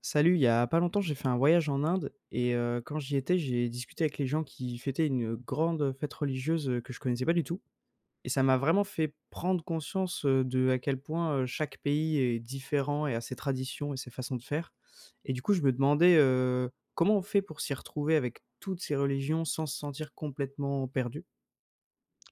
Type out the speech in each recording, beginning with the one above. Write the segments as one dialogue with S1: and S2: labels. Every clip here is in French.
S1: Salut, il y a pas longtemps, j'ai fait un voyage en Inde et quand j'y étais, j'ai discuté avec les gens qui fêtaient une, grande, fête religieuse, que je connaissais pas du tout, et ça m'a vraiment fait prendre conscience, de à quel point, chaque pays est différent et a ses traditions et ses façons de faire. Et du coup, je me demandais, comment on fait pour s'y retrouver avec toutes ces religions sans se sentir complètement perdu?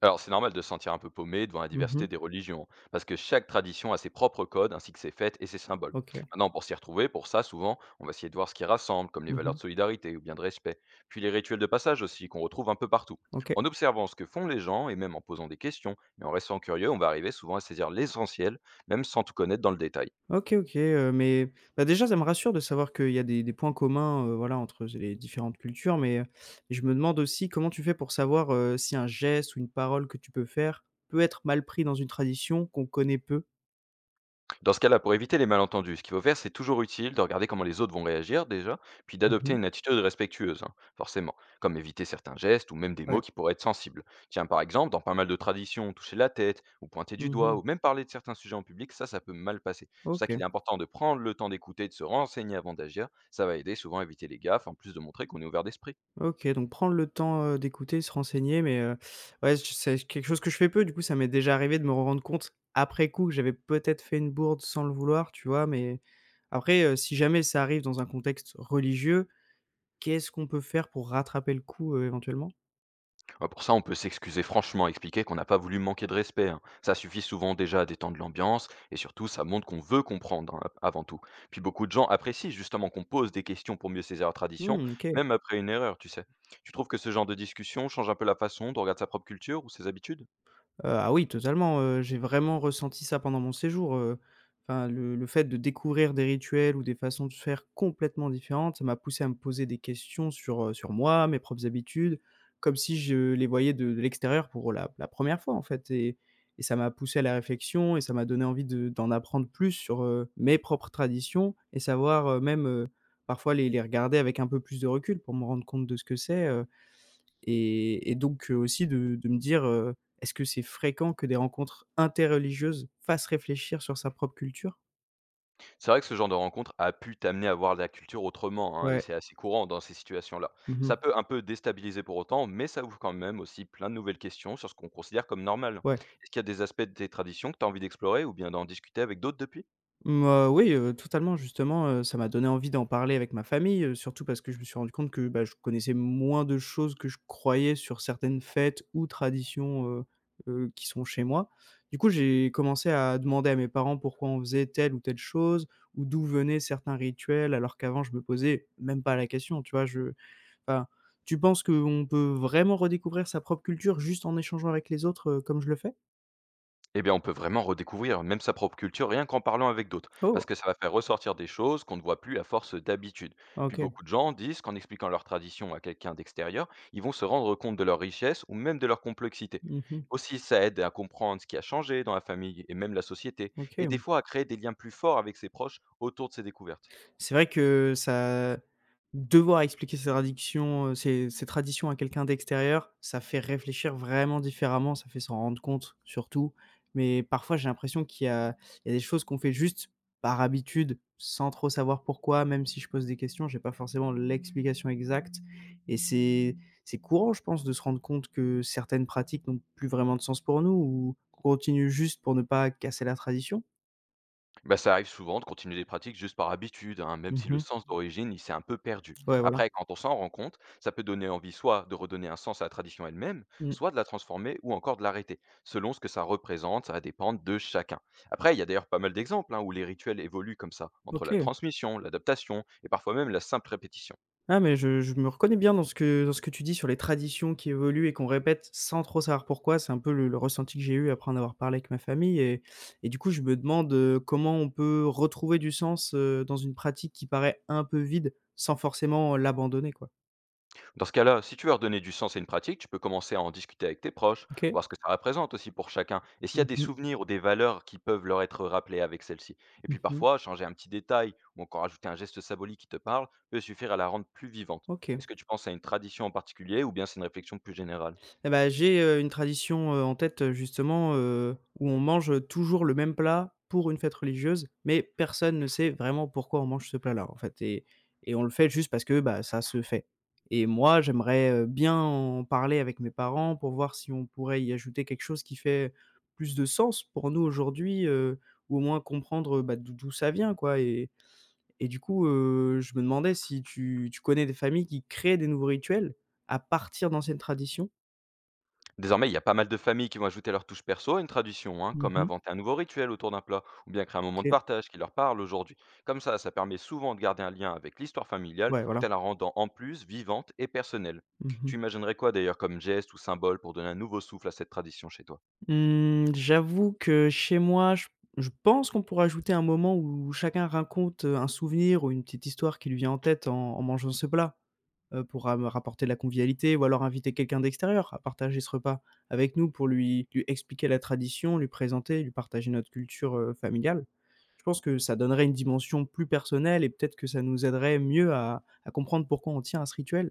S2: Alors, c'est normal de se sentir un peu paumé devant la diversité
S1: Mmh.
S2: des religions, hein, parce que chaque tradition a ses propres codes, ainsi que ses fêtes et ses symboles.
S1: OK.
S2: Maintenant, pour s'y retrouver, pour ça, souvent, on va essayer de voir ce qui rassemble, comme les valeurs de
S1: Mmh.
S2: solidarité ou bien de respect, puis les rituels de passage aussi, qu'on retrouve un peu partout.
S1: OK.
S2: En observant ce que font les gens, et même en posant des questions, et en restant curieux, on va arriver souvent à saisir l'essentiel, même sans tout connaître dans le détail.
S1: OK, OK, mais bah, déjà, ça me rassure de savoir qu'il y a des points communs, voilà, entre les différentes cultures, mais je me demande aussi comment tu fais pour savoir, si un geste ou une parole que tu peux faire peut être mal pris dans une tradition qu'on connaît peu?
S2: Dans ce cas-là, pour éviter les malentendus, ce qu'il faut faire, c'est toujours utile de regarder comment les autres vont réagir déjà, puis d'adopter
S1: Mmh.
S2: une attitude respectueuse, hein, forcément, comme éviter certains gestes ou même des
S1: Ouais.
S2: mots qui pourraient être sensibles. Tiens, par exemple, dans pas mal de traditions, toucher la tête, ou pointer du doigt,
S1: Mmh.
S2: ou même parler de certains sujets en public, ça peut mal passer. C'est pour ça qu'il
S1: OK,
S2: est important de prendre le temps d'écouter, de se renseigner avant d'agir, ça va aider souvent à éviter les gaffes, en plus de montrer qu'on est ouvert d'esprit.
S1: OK, donc prendre le temps, d'écouter, se renseigner, mais ouais, je c'est quelque chose que je fais peu, du coup, ça m'est déjà arrivé de me rendre compte après coup que j'avais peut-être fait une bourde sans le vouloir, tu vois? Mais après, si jamais ça arrive dans un contexte religieux, qu'est-ce qu'on peut faire pour rattraper le coup, éventuellement?
S2: Ah, pour ça, on peut s'excuser franchement, expliquer qu'on n'a pas voulu manquer de respect, hein. Ça suffit souvent déjà à détendre l'ambiance et surtout, ça montre qu'on veut comprendre, hein, avant tout. Puis beaucoup de gens apprécient justement qu'on pose des questions pour mieux saisir la tradition,
S1: Mmh, OK.
S2: même après une erreur, tu sais. Tu trouves que ce genre de discussion change un peu la façon dont on regarde sa propre culture ou ses habitudes?
S1: Ah oui, totalement, j'ai vraiment ressenti ça pendant mon séjour, enfin le fait de découvrir des rituels ou des façons de faire complètement différentes, ça m'a poussé à me poser des questions sur, sur moi, mes propres habitudes, comme si je les voyais de l'extérieur pour la 1re fois, en fait, et ça m'a poussé à la réflexion et ça m'a donné envie de d'en apprendre plus sur, mes propres traditions, et savoir, même, parfois les regarder avec un peu plus de recul pour me rendre compte de ce que c'est, et donc, aussi de me dire, est-ce que c'est fréquent que des rencontres interreligieuses fassent réfléchir sur sa propre culture?
S2: C'est vrai que ce genre de rencontre a pu t'amener à voir la culture autrement, hein, et
S1: Ouais.
S2: c'est assez courant dans ces situations-là.
S1: Mmh.
S2: Ça peut un peu déstabiliser pour autant, mais ça ouvre quand même aussi plein de nouvelles questions sur ce qu'on considère comme normal.
S1: Ouais.
S2: Est-ce qu'il y a des aspects de tes traditions que tu as envie d'explorer ou bien d'en discuter avec d'autres depuis?
S1: Mmh, oui, totalement justement, ça m'a donné envie d'en parler avec ma famille, surtout parce que je me suis rendu compte que, bah, je connaissais moins de choses que je croyais sur certaines fêtes ou traditions, qui sont chez moi. Du coup, j'ai commencé à demander à mes parents pourquoi on faisait telle ou telle chose, ou d'où venaient certains rituels alors qu'avant je me posais même pas la question, tu vois? Je Enfin, tu penses qu'on peut vraiment redécouvrir sa propre culture juste en échangeant avec les autres, comme je le fais?
S2: Eh bien, on peut vraiment redécouvrir même sa propre culture rien qu'en parlant avec d'autres, parce
S1: Oh!
S2: que ça va faire ressortir des choses qu'on ne voit plus à force d'habitude. Puis
S1: OK.
S2: beaucoup de gens disent qu'en expliquant leur tradition à quelqu'un d'extérieur, ils vont se rendre compte de leur richesse ou même de leur complexité.
S1: Mmh mh.
S2: Aussi, ça aide à comprendre ce qui a changé dans la famille et même la société,
S1: OK.
S2: et des fois à créer des liens plus forts avec ses proches autour de ces découvertes.
S1: C'est vrai que ça devoir expliquer ses tradictions, ses ses traditions à quelqu'un d'extérieur, ça fait réfléchir vraiment différemment, ça fait s'en rendre compte surtout. Mais parfois, j'ai l'impression qu'il y a des choses qu'on fait juste par habitude, sans trop savoir pourquoi, même si je pose des questions, j'ai pas forcément l'explication exacte, et c'est courant, je pense, de se rendre compte que certaines pratiques n'ont plus vraiment de sens pour nous ou qu'on continue juste pour ne pas casser la tradition.
S2: Bah, ça arrive souvent de continuer des pratiques juste par habitude, hein, même si le
S1: Mmh.
S2: sens d'origine, il s'est un peu perdu.
S1: Ouais, voilà.
S2: Après, quand on s'en rend compte, ça peut donner envie soit de redonner un sens à la tradition elle-même,
S1: Mmh.
S2: soit de la transformer ou encore de l'arrêter. Selon ce que ça représente, ça va dépendre de chacun. Après, il y a d'ailleurs pas mal d'exemples, hein, où les rituels évoluent comme ça, entre la
S1: OK.
S2: transmission, l'adaptation et parfois même la simple répétition.
S1: Ah mais je me reconnais bien dans ce que tu dis sur les traditions qui évoluent et qu'on répète sans trop savoir pourquoi. C'est un peu le ressenti que j'ai eu après en avoir parlé avec ma famille, et du coup, je me demande, comment on peut retrouver du sens, dans une pratique qui paraît un peu vide, sans forcément l'abandonner, quoi.
S2: Dans ce cas-là, si tu veux redonner du sens à une pratique, tu peux commencer à en discuter avec tes proches,
S1: OK.
S2: voir ce que ça représente aussi pour chacun, et s'il y a
S1: Mmh
S2: des
S1: mh.
S2: souvenirs ou des valeurs qui peuvent leur être rappelées avec celle-ci. Et puis
S1: Mmh.
S2: parfois, changer un petit détail ou encore ajouter un geste symbolique qui te parle peut suffire à la rendre plus vivante.
S1: OK.
S2: Est-ce que tu penses à une tradition en particulier ou bien c'est une réflexion plus générale?
S1: Eh ben, j'ai, une tradition, en tête, justement, où on mange toujours le même plat pour une fête religieuse, mais personne ne sait vraiment pourquoi on mange ce plat-là, en fait, et on le fait juste parce que, bah, ça se fait. Et moi, j'aimerais, bien en parler avec mes parents pour voir si on pourrait y ajouter quelque chose qui fait plus de sens pour nous aujourd'hui, ou au moins comprendre, bah, d'où ça vient, quoi, et du coup, je me demandais si tu connais des familles qui créent des nouveaux rituels à partir d'anciennes traditions?
S2: Désormais, il y a pas mal de familles qui vont ajouter leur touche perso à une tradition, hein, comme
S1: Mmh.
S2: inventer un nouveau rituel autour d'un plat, ou bien créer un moment de
S1: OK.
S2: partage qui leur parle aujourd'hui. Comme ça permet souvent de garder un lien avec l'histoire familiale,
S1: Ouais,
S2: tout
S1: voilà.
S2: en la rendant en plus vivante et personnelle.
S1: Mmh mh.
S2: Tu imaginerais quoi d'ailleurs comme geste ou symbole pour donner un nouveau souffle à cette tradition chez toi?
S1: Mmh, j'avoue que chez moi, je pense qu'on pourrait ajouter un moment où chacun raconte, un souvenir ou une petite histoire qui lui vient en tête en mangeant ce plat, pour ra rapporter de la convivialité, ou alors inviter quelqu'un d'extérieur à partager ce repas avec nous pour lui expliquer la tradition, lui présenter, lui partager notre culture, familiale. Je pense que ça donnerait une dimension plus personnelle et peut-être que ça nous aiderait mieux à comprendre pourquoi on tient à ce rituel.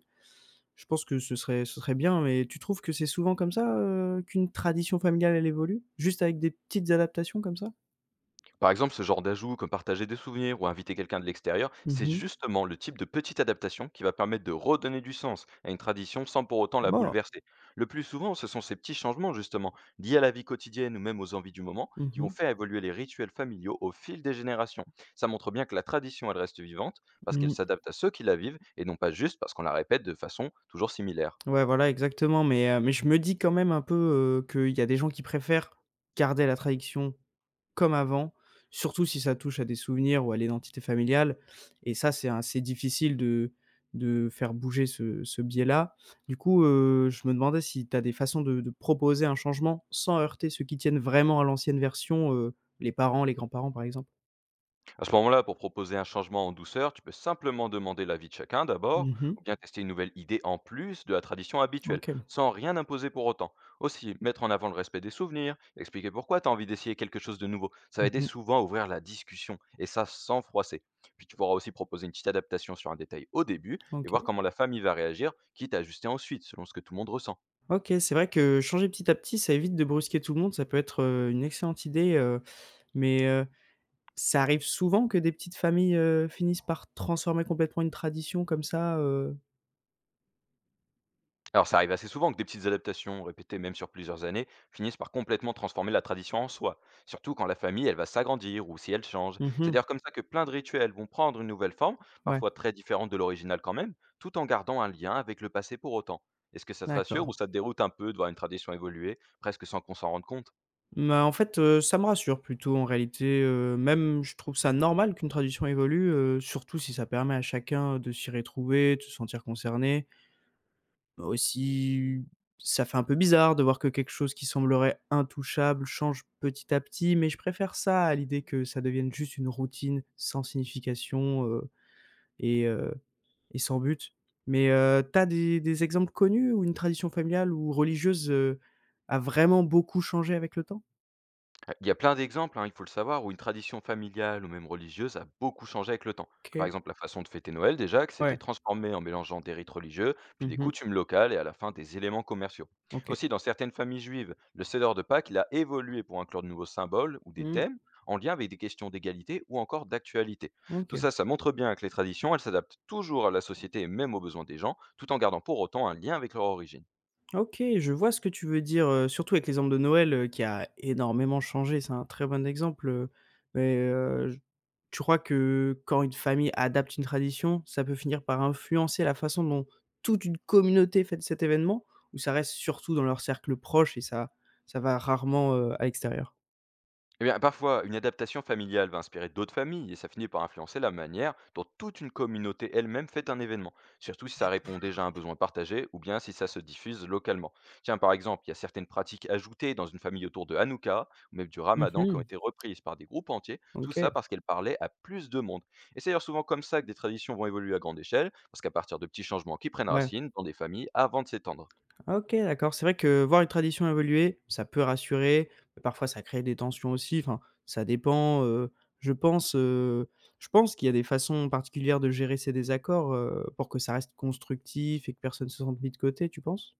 S1: Je pense que ce serait bien, mais tu trouves que c'est souvent comme ça, qu'une tradition familiale, elle évolue? Juste avec des petites adaptations comme ça?
S2: Par exemple, ce genre d'ajout, comme partager des souvenirs ou inviter quelqu'un de l'extérieur,
S1: Mmh
S2: c'est
S1: mh.
S2: justement le type de petite adaptation qui va permettre de redonner du sens à une tradition sans pour autant la
S1: Bah,
S2: bouleverser. Le plus souvent, ce sont ces petits changements, justement, liés à la vie quotidienne ou même aux envies du moment,
S1: mmh
S2: qui vont
S1: mh.
S2: faire évoluer les rituels familiaux au fil des générations. Ça montre bien que la tradition, elle reste vivante parce qu'elle
S1: Mmh.
S2: s'adapte à ceux qui la vivent et non pas juste parce qu'on la répète de façon toujours similaire.
S1: Ouais, voilà, exactement, mais je me dis quand même un peu, qu'il y a des gens qui préfèrent garder la tradition comme avant, surtout si ça touche à des souvenirs ou à l'identité familiale, et ça, c'est assez difficile de faire bouger ce biais-là. Du coup, je me demandais si tu as des façons de proposer un changement sans heurter ceux qui tiennent vraiment à l'ancienne version, les parents, les grands-parents, par exemple?
S2: À ce moment-là, pour proposer un changement en douceur, tu peux simplement demander l'avis de chacun d'abord,
S1: Mmh.
S2: ou bien tester une nouvelle idée en plus de la tradition habituelle,
S1: OK.
S2: sans rien imposer pour autant. Aussi, mettre en avant le respect des souvenirs, expliquer pourquoi tu as envie d'essayer quelque chose de nouveau, ça va aider
S1: Mmh.
S2: souvent à ouvrir la discussion, et ça sans froisser. Puis tu pourras aussi proposer une petite adaptation sur un détail au début, et voir
S1: OK.
S2: comment la famille va réagir, quitte à ajuster ensuite, selon ce que tout le monde ressent.
S1: OK, c'est vrai que changer petit à petit, ça évite de brusquer tout le monde. Ça peut être, une excellente idée, mais heu ça arrive souvent que des petites familles, finissent par transformer complètement une tradition comme ça?
S2: Alors ça arrive assez souvent que des petites adaptations, répétées même sur plusieurs années, finissent par complètement transformer la tradition en soi, surtout quand la famille elle va s'agrandir ou si elle change.
S1: Mmh
S2: C'est
S1: mh.
S2: d'ailleurs comme ça que plein de rituels vont prendre une nouvelle forme,
S1: Ouais,
S2: parfois très différente de l'original quand même, tout en gardant un lien avec le passé pour autant. Est-ce que ça te rassure ou
S1: d'accord.
S2: ça te déroute un peu de voir une tradition évoluer, presque sans qu'on s'en rende compte?
S1: Bah, en fait, ça me rassure plutôt en réalité, même je trouve ça normal qu'une tradition évolue, surtout si ça permet à chacun de s'y retrouver, de se sentir concerné. Bah, aussi, ça fait un peu bizarre de voir que quelque chose qui semblerait intouchable change petit à petit, mais je préfère ça à l'idée que ça devienne juste une routine sans signification. Heu et heu Et sans but. Mais, tu des exemples connus où une tradition familiale ou religieuse, a vraiment beaucoup changé avec le temps?
S2: Bah, il y a plein d'exemples, hein, il faut le savoir, où une tradition familiale ou même religieuse a beaucoup changé avec le temps. Que par
S1: OK,
S2: exemple, la façon de fêter Noël, déjà, que s'était
S1: ouais.
S2: transformée en mélangeant des rites religieux, puis des
S1: Mmh.
S2: coutumes locales et à la fin des éléments commerciaux.
S1: OK.
S2: Aussi, dans certaines familles juives, le Seder de Pâques, il a évolué pour inclure de nouveaux symboles ou des
S1: Mmh.
S2: thèmes en lien avec des questions d'égalité ou encore d'actualité. Tout
S1: OK.
S2: ça, ça montre bien que les traditions, elles s'adaptent toujours à la société et même aux besoins des gens, tout en gardant pour autant un lien avec leur origine.
S1: OK, je vois ce que tu veux dire, surtout avec l'exemple de Noël, qui a énormément changé. C'est un très bon exemple, mais, j tu crois que quand une famille adapte une tradition, ça peut finir par influencer la façon dont toute une communauté fête cet événement? Ou ça reste surtout dans leur cercle proche et ça va rarement, à l'extérieur?
S2: Eh bien, parfois, une adaptation familiale va inspirer d'autres familles et ça finit par influencer la manière dont toute une communauté elle-même fait un événement, surtout si ça répond déjà à un besoin partagé ou bien si ça se diffuse localement. Tiens, par exemple, il y a certaines pratiques ajoutées dans une famille autour de Hanouka ou même du
S1: Mmh
S2: Ramadan qui ont
S1: mh.
S2: été reprises par des groupes entiers, tout
S1: OK.
S2: ça parce qu'elles parlaient à plus de monde. Et c'est d'ailleurs souvent comme ça que des traditions vont évoluer à grande échelle, parce qu'à partir de petits changements qui prennent
S1: Ouais.
S2: racine dans des familles avant de s'étendre.
S1: Ah OK, d'accord. C'est vrai que voir une tradition évoluer, ça peut rassurer, mais parfois ça crée des tensions aussi. Enfin, ça dépend, je pense, heu, je pense qu'il y a des façons particulières de gérer ces désaccords, pour que ça reste constructif et que personne se sente mis de côté, tu penses?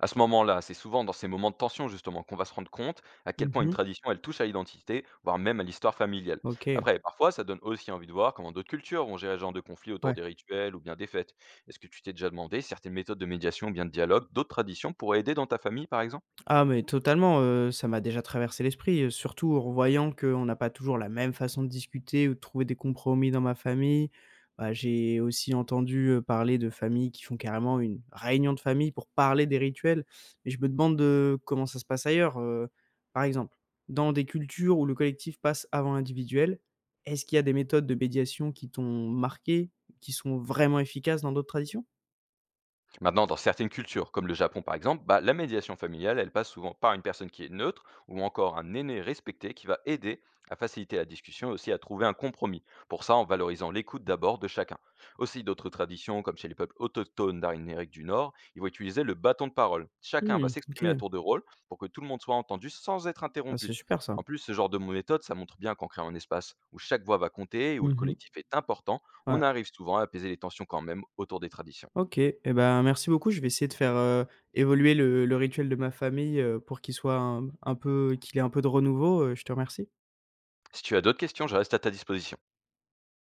S2: À ce moment-là, c'est souvent dans ces moments de tension justement qu'on va se rendre compte à quel
S1: Mmh
S2: point une
S1: mh.
S2: tradition elle touche à l'identité, voire même à l'histoire familiale.
S1: OK,
S2: Après, parfois, ça donne aussi envie de voir comment d'autres cultures vont gérer ce genre de conflit autour
S1: ouais.
S2: des rituels ou bien des fêtes. Est-ce que tu t'es déjà demandé si certaines méthodes de médiation ou bien de dialogue d'autres traditions pourraient aider dans ta famille par exemple?
S1: Ah mais totalement, ça m'a déjà traversé l'esprit, surtout en voyant qu'on n'a pas toujours la même façon de discuter ou de trouver des compromis dans ma famille. Bah, j'ai aussi entendu, parler de familles qui font carrément une réunion de famille pour parler des rituels, et je me demande, comment ça se passe ailleurs? Par exemple, dans des cultures où le collectif passe avant l'individuel, est-ce qu'il y a des méthodes de médiation qui t'ont marqué, qui sont vraiment efficaces dans d'autres traditions?
S2: Maintenant, dans certaines cultures, comme le Japon par exemple, bah, la médiation familiale, elle passe souvent par une personne qui est neutre ou encore un aîné respecté qui va aider à faciliter la discussion et aussi à trouver un compromis. Pour ça, en valorisant l'écoute d'abord de chacun. Aussi, d'autres traditions, comme chez les peuples autochtones d'Amérique du Nord, ils vont utiliser le bâton de parole. Chacun va
S1: Mmh, OK.
S2: s'exprimer à tour de rôle pour que tout le monde soit entendu sans être
S1: Ah, c'est
S2: interrompu.
S1: super ça.
S2: En plus, ce genre de méthode, ça montre bien qu'en créant un espace où chaque voix va compter et où le
S1: Mmh.
S2: collectif est important,
S1: Ouais.
S2: on arrive souvent à apaiser les tensions quand même autour des traditions.
S1: OK, eh ben, merci beaucoup. Je vais essayer de faire, évoluer le rituel de ma famille, pour qu'il soit un peu de renouveau, je te remercie.
S2: Si tu as d'autres questions, je reste à ta disposition.